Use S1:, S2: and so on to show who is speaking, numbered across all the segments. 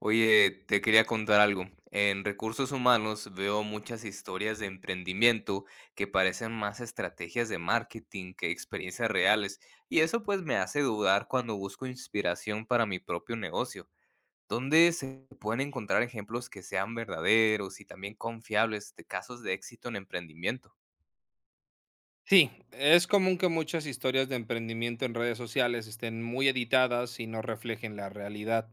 S1: Oye, te quería contar algo. En recursos humanos veo muchas historias de emprendimiento que parecen más estrategias de marketing que experiencias reales, y eso pues me hace dudar cuando busco inspiración para mi propio negocio. ¿Dónde se pueden encontrar ejemplos que sean verdaderos y también confiables de casos de éxito en emprendimiento?
S2: Sí, es común que muchas historias de emprendimiento en redes sociales estén muy editadas y no reflejen la realidad.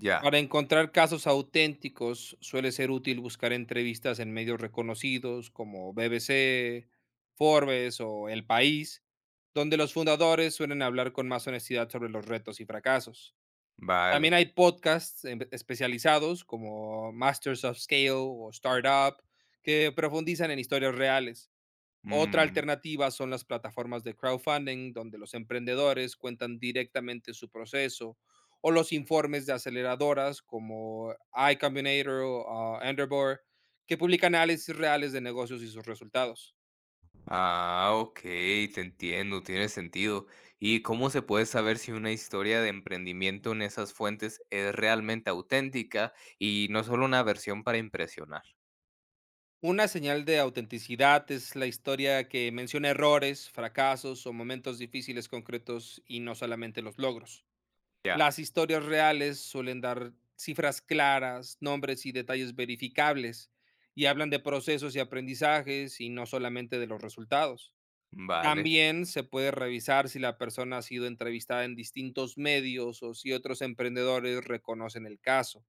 S1: Ya,
S2: Para encontrar casos auténticos suele ser útil buscar entrevistas en medios reconocidos como BBC, Forbes o El País, donde los fundadores suelen hablar con más honestidad sobre los retos y fracasos. También
S1: vale.
S2: hay podcasts especializados como Masters of Scale o Startup que profundizan en historias reales. Otra alternativa son las plataformas de crowdfunding, donde los emprendedores cuentan directamente su proceso, o los informes de aceleradoras como iCombinator o Endeavor, que publican análisis reales de negocios y sus resultados.
S1: Ah, ok, te entiendo, tiene sentido. ¿Y cómo se puede saber si una historia de emprendimiento en esas fuentes es realmente auténtica y no solo una versión para impresionar?
S2: Una señal de autenticidad es la historia que menciona errores, fracasos o momentos difíciles concretos y no solamente los logros.
S1: Ya,
S2: Las historias reales suelen dar cifras claras, nombres y detalles verificables, y hablan de procesos y aprendizajes y no solamente de los resultados.
S1: vale.
S2: También se puede revisar si la persona ha sido entrevistada en distintos medios o si otros emprendedores reconocen el caso.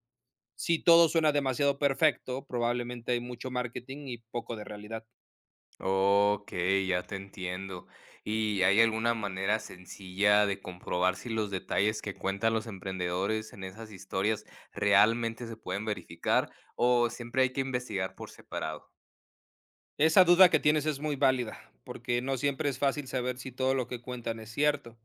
S2: Si todo suena demasiado perfecto, probablemente hay mucho marketing y poco de realidad.
S1: Ok, ya te entiendo. ¿Y hay alguna manera sencilla de comprobar si los detalles que cuentan los emprendedores en esas historias realmente se pueden verificar o siempre hay que investigar por separado?
S2: Esa duda que tienes es muy válida, porque no siempre es fácil saber si todo lo que cuentan es cierto.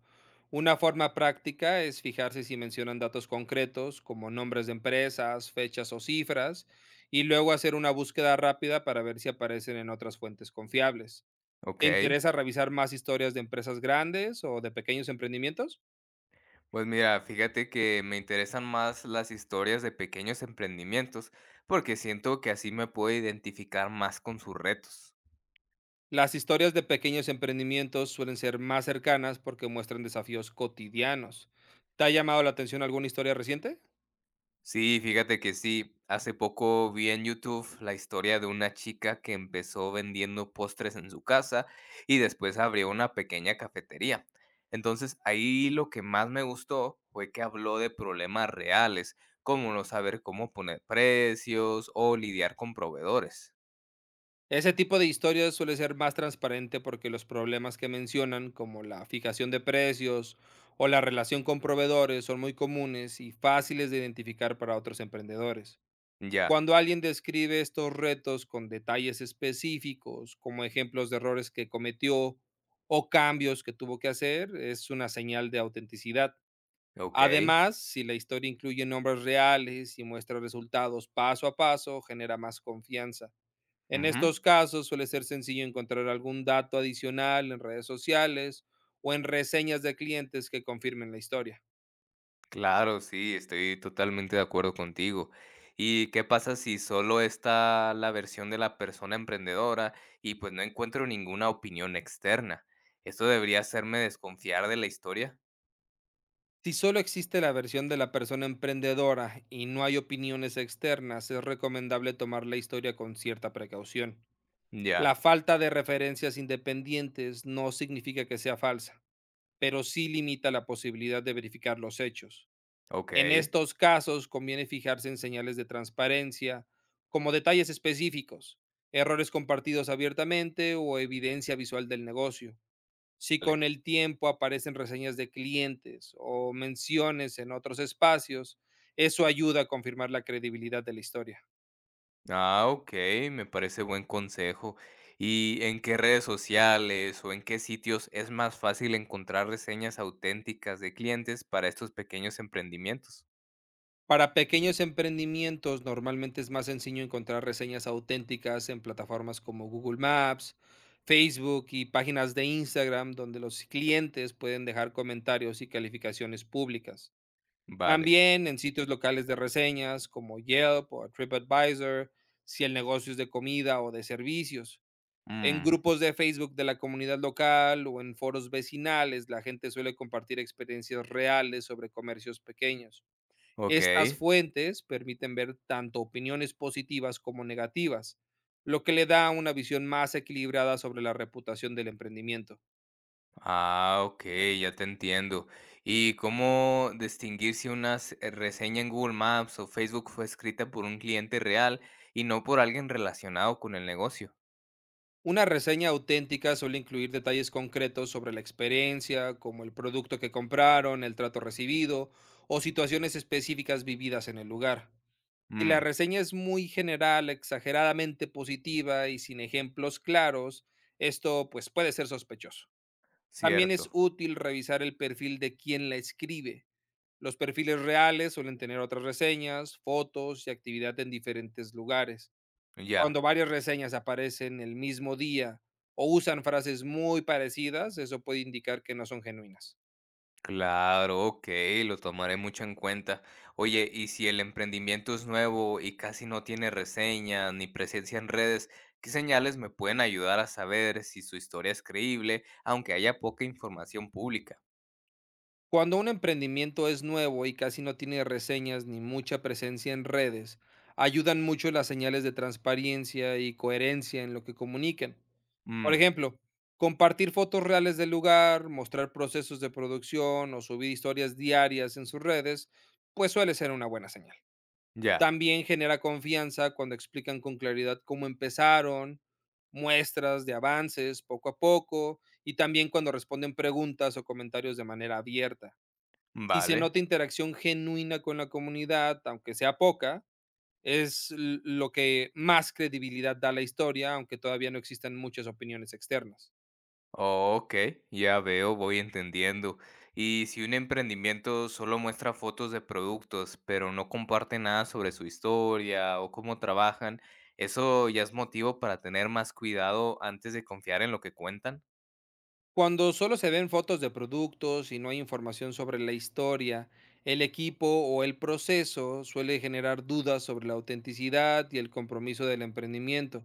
S2: Una forma práctica es fijarse si mencionan datos concretos, como nombres de empresas, fechas o cifras, y luego hacer una búsqueda rápida para ver si aparecen en otras fuentes confiables.
S1: Ok.
S2: ¿Te interesa revisar más historias de empresas grandes o de pequeños emprendimientos?
S1: Pues mira, fíjate que me interesan más las historias de pequeños emprendimientos porque siento que así me puedo identificar más con sus retos.
S2: Las historias de pequeños emprendimientos suelen ser más cercanas porque muestran desafíos cotidianos. ¿Te ha llamado la atención alguna historia reciente?
S1: Sí, fíjate que sí. Hace poco vi en YouTube la historia de una chica que empezó vendiendo postres en su casa y después abrió una pequeña cafetería. Entonces ahí lo que más me gustó fue que habló de problemas reales, como no saber cómo poner precios o lidiar con proveedores.
S2: Ese tipo de historias suele ser más transparente porque los problemas que mencionan, como la fijación de precios o la relación con proveedores, son muy comunes y fáciles de identificar para otros emprendedores.
S1: Ya,
S2: Cuando alguien describe estos retos con detalles específicos, como ejemplos de errores que cometió o cambios que tuvo que hacer, es una señal de autenticidad.
S1: ok.
S2: Además, si la historia incluye nombres reales y muestra resultados paso a paso, genera más confianza. En
S1: Ujú.
S2: estos casos suele ser sencillo encontrar algún dato adicional en redes sociales o en reseñas de clientes que confirmen la historia.
S1: Claro, sí, estoy totalmente de acuerdo contigo. ¿Y qué pasa si solo está la versión de la persona emprendedora y pues no encuentro ninguna opinión externa? ¿Esto debería hacerme desconfiar de la historia?
S2: Si solo existe la versión de la persona emprendedora y no hay opiniones externas, es recomendable tomar la historia con cierta precaución. La
S1: Ya,
S2: falta de referencias independientes no significa que sea falsa, pero sí limita la posibilidad de verificar los hechos.
S1: ok.
S2: En estos casos conviene fijarse en señales de transparencia, como detalles específicos, errores compartidos abiertamente o evidencia visual del negocio. Si
S1: Vale.
S2: con el tiempo aparecen reseñas de clientes o menciones en otros espacios, eso ayuda a confirmar la credibilidad de la historia.
S1: Ah, ok, me parece buen consejo. ¿Y en qué redes sociales o en qué sitios es más fácil encontrar reseñas auténticas de clientes para estos pequeños emprendimientos?
S2: Para pequeños emprendimientos, normalmente es más sencillo encontrar reseñas auténticas en plataformas como Google Maps, Facebook y páginas de Instagram, donde los clientes pueden dejar comentarios y calificaciones públicas.
S1: Vale.
S2: También en sitios locales de reseñas como Yelp o TripAdvisor, si el negocio es de comida o de servicios. En
S1: Mm,
S2: grupos de Facebook de la comunidad local o en foros vecinales, la gente suele compartir experiencias reales sobre comercios pequeños.
S1: ok.
S2: Estas fuentes permiten ver tanto opiniones positivas como negativas, lo que le da una visión más equilibrada sobre la reputación del emprendimiento.
S1: Ah, ok, ya te entiendo. ¿Y cómo distinguir si reseña en Google Maps o Facebook fue escrita por un cliente real y no por alguien relacionado con el negocio?
S2: Una reseña auténtica suele incluir detalles concretos sobre la experiencia, como el producto que compraron, el trato recibido o situaciones específicas vividas en el lugar. Si la
S1: Mm,
S2: reseña es muy general, exageradamente positiva y sin ejemplos claros, esto pues puede ser sospechoso. También es
S1: cierto.
S2: útil revisar el perfil de quien la escribe. Los perfiles reales suelen tener otras reseñas, fotos y actividad en diferentes lugares. Cuando
S1: Ya,
S2: varias reseñas aparecen el mismo día o usan frases muy parecidas, eso puede indicar que no son genuinas.
S1: claro, ok, lo tomaré mucho en cuenta. Oye, ¿y si el emprendimiento es nuevo y casi no tiene reseñas ni presencia en redes, qué señales me pueden ayudar a saber si su historia es creíble, aunque haya poca información pública?
S2: Cuando un emprendimiento es nuevo y casi no tiene reseñas ni mucha presencia en redes, ayudan mucho las señales de transparencia y coherencia en lo que comunican. Por
S1: Mm,
S2: ejemplo, compartir fotos reales del lugar, mostrar procesos de producción o subir historias diarias en sus redes, pues suele ser una buena señal.
S1: ya.
S2: También genera confianza cuando explican con claridad cómo empezaron, muestras de avances poco a poco y también cuando responden preguntas o comentarios de manera abierta. Si se nota
S1: Vale,
S2: interacción genuina con la comunidad, aunque sea poca, es lo que más credibilidad da a la historia, aunque todavía no existan muchas opiniones externas.
S1: ok, ya veo, voy entendiendo. Y si un emprendimiento solo muestra fotos de productos, pero no comparte nada sobre su historia o cómo trabajan, ¿eso ya es motivo para tener más cuidado antes de confiar en lo que cuentan?
S2: Cuando solo se ven fotos de productos y no hay información sobre la historia, el equipo o el proceso suele generar dudas sobre la autenticidad y el compromiso del emprendimiento.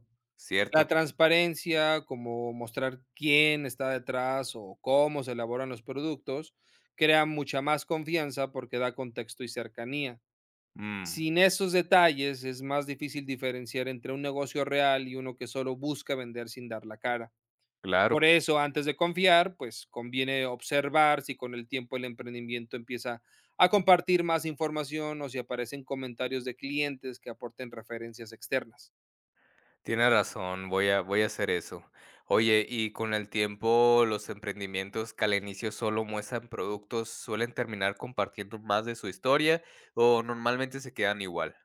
S2: La
S1: Cierto.
S2: transparencia, como mostrar quién está detrás o cómo se elaboran los productos, crea mucha más confianza porque da contexto y cercanía.
S1: Mm,
S2: Sin esos detalles es más difícil diferenciar entre un negocio real y uno que solo busca vender sin dar la cara.
S1: claro,
S2: Por eso, antes de confiar, pues conviene observar si con el tiempo el emprendimiento empieza a compartir más información o si aparecen comentarios de clientes que aporten referencias externas.
S1: tiene razón, voy a hacer eso. Oye, ¿y con el tiempo los emprendimientos que al inicio solo muestran productos suelen terminar compartiendo más de su historia o normalmente se quedan igual?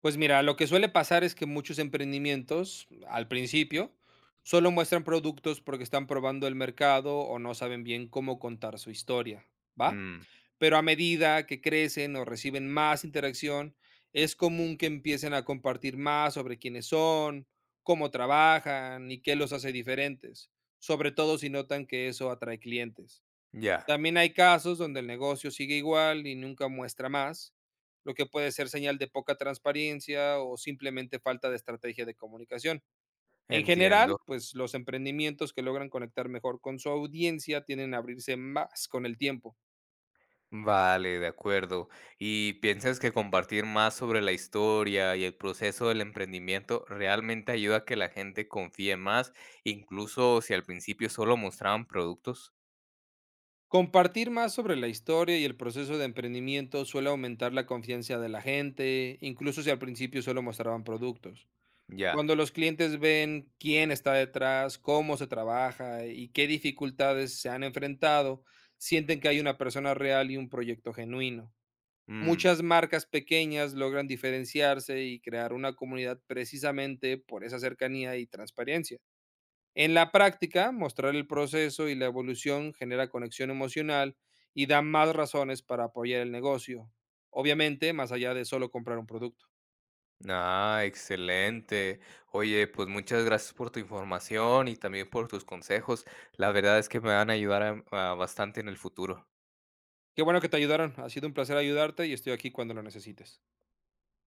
S2: Pues mira, lo que suele pasar es que muchos emprendimientos, al principio, solo muestran productos porque están probando el mercado o no saben bien cómo contar su historia, ¿va?
S1: Mm,
S2: Pero a medida que crecen o reciben más interacción, es común que empiecen a compartir más sobre quiénes son, cómo trabajan y qué los hace diferentes, sobre todo si notan que eso atrae clientes.
S1: ya,
S2: También hay casos donde el negocio sigue igual y nunca muestra más, lo que puede ser señal de poca transparencia o simplemente falta de estrategia de comunicación. En
S1: entiendo.
S2: general, pues los emprendimientos que logran conectar mejor con su audiencia tienden a abrirse más con el tiempo.
S1: Vale, de acuerdo. ¿Y piensas que compartir más sobre la historia y el proceso del emprendimiento realmente ayuda a que la gente confíe más, incluso si al principio solo mostraban productos?
S2: Compartir más sobre la historia y el proceso de emprendimiento suele aumentar la confianza de la gente, incluso si al principio solo mostraban productos.
S1: Ya.
S2: Cuando los clientes ven quién está detrás, cómo se trabaja y qué dificultades se han enfrentado, sienten que hay una persona real y un proyecto genuino.
S1: Mm.
S2: Muchas marcas pequeñas logran diferenciarse y crear una comunidad precisamente por esa cercanía y transparencia. En la práctica, mostrar el proceso y la evolución genera conexión emocional y da más razones para apoyar el negocio, obviamente más allá de solo comprar un producto.
S1: Ah, excelente. Oye, pues muchas gracias por tu información y también por tus consejos. La verdad es que me van a ayudar a bastante en el futuro.
S2: Qué bueno que te ayudaron. Ha sido un placer ayudarte y estoy aquí cuando lo necesites.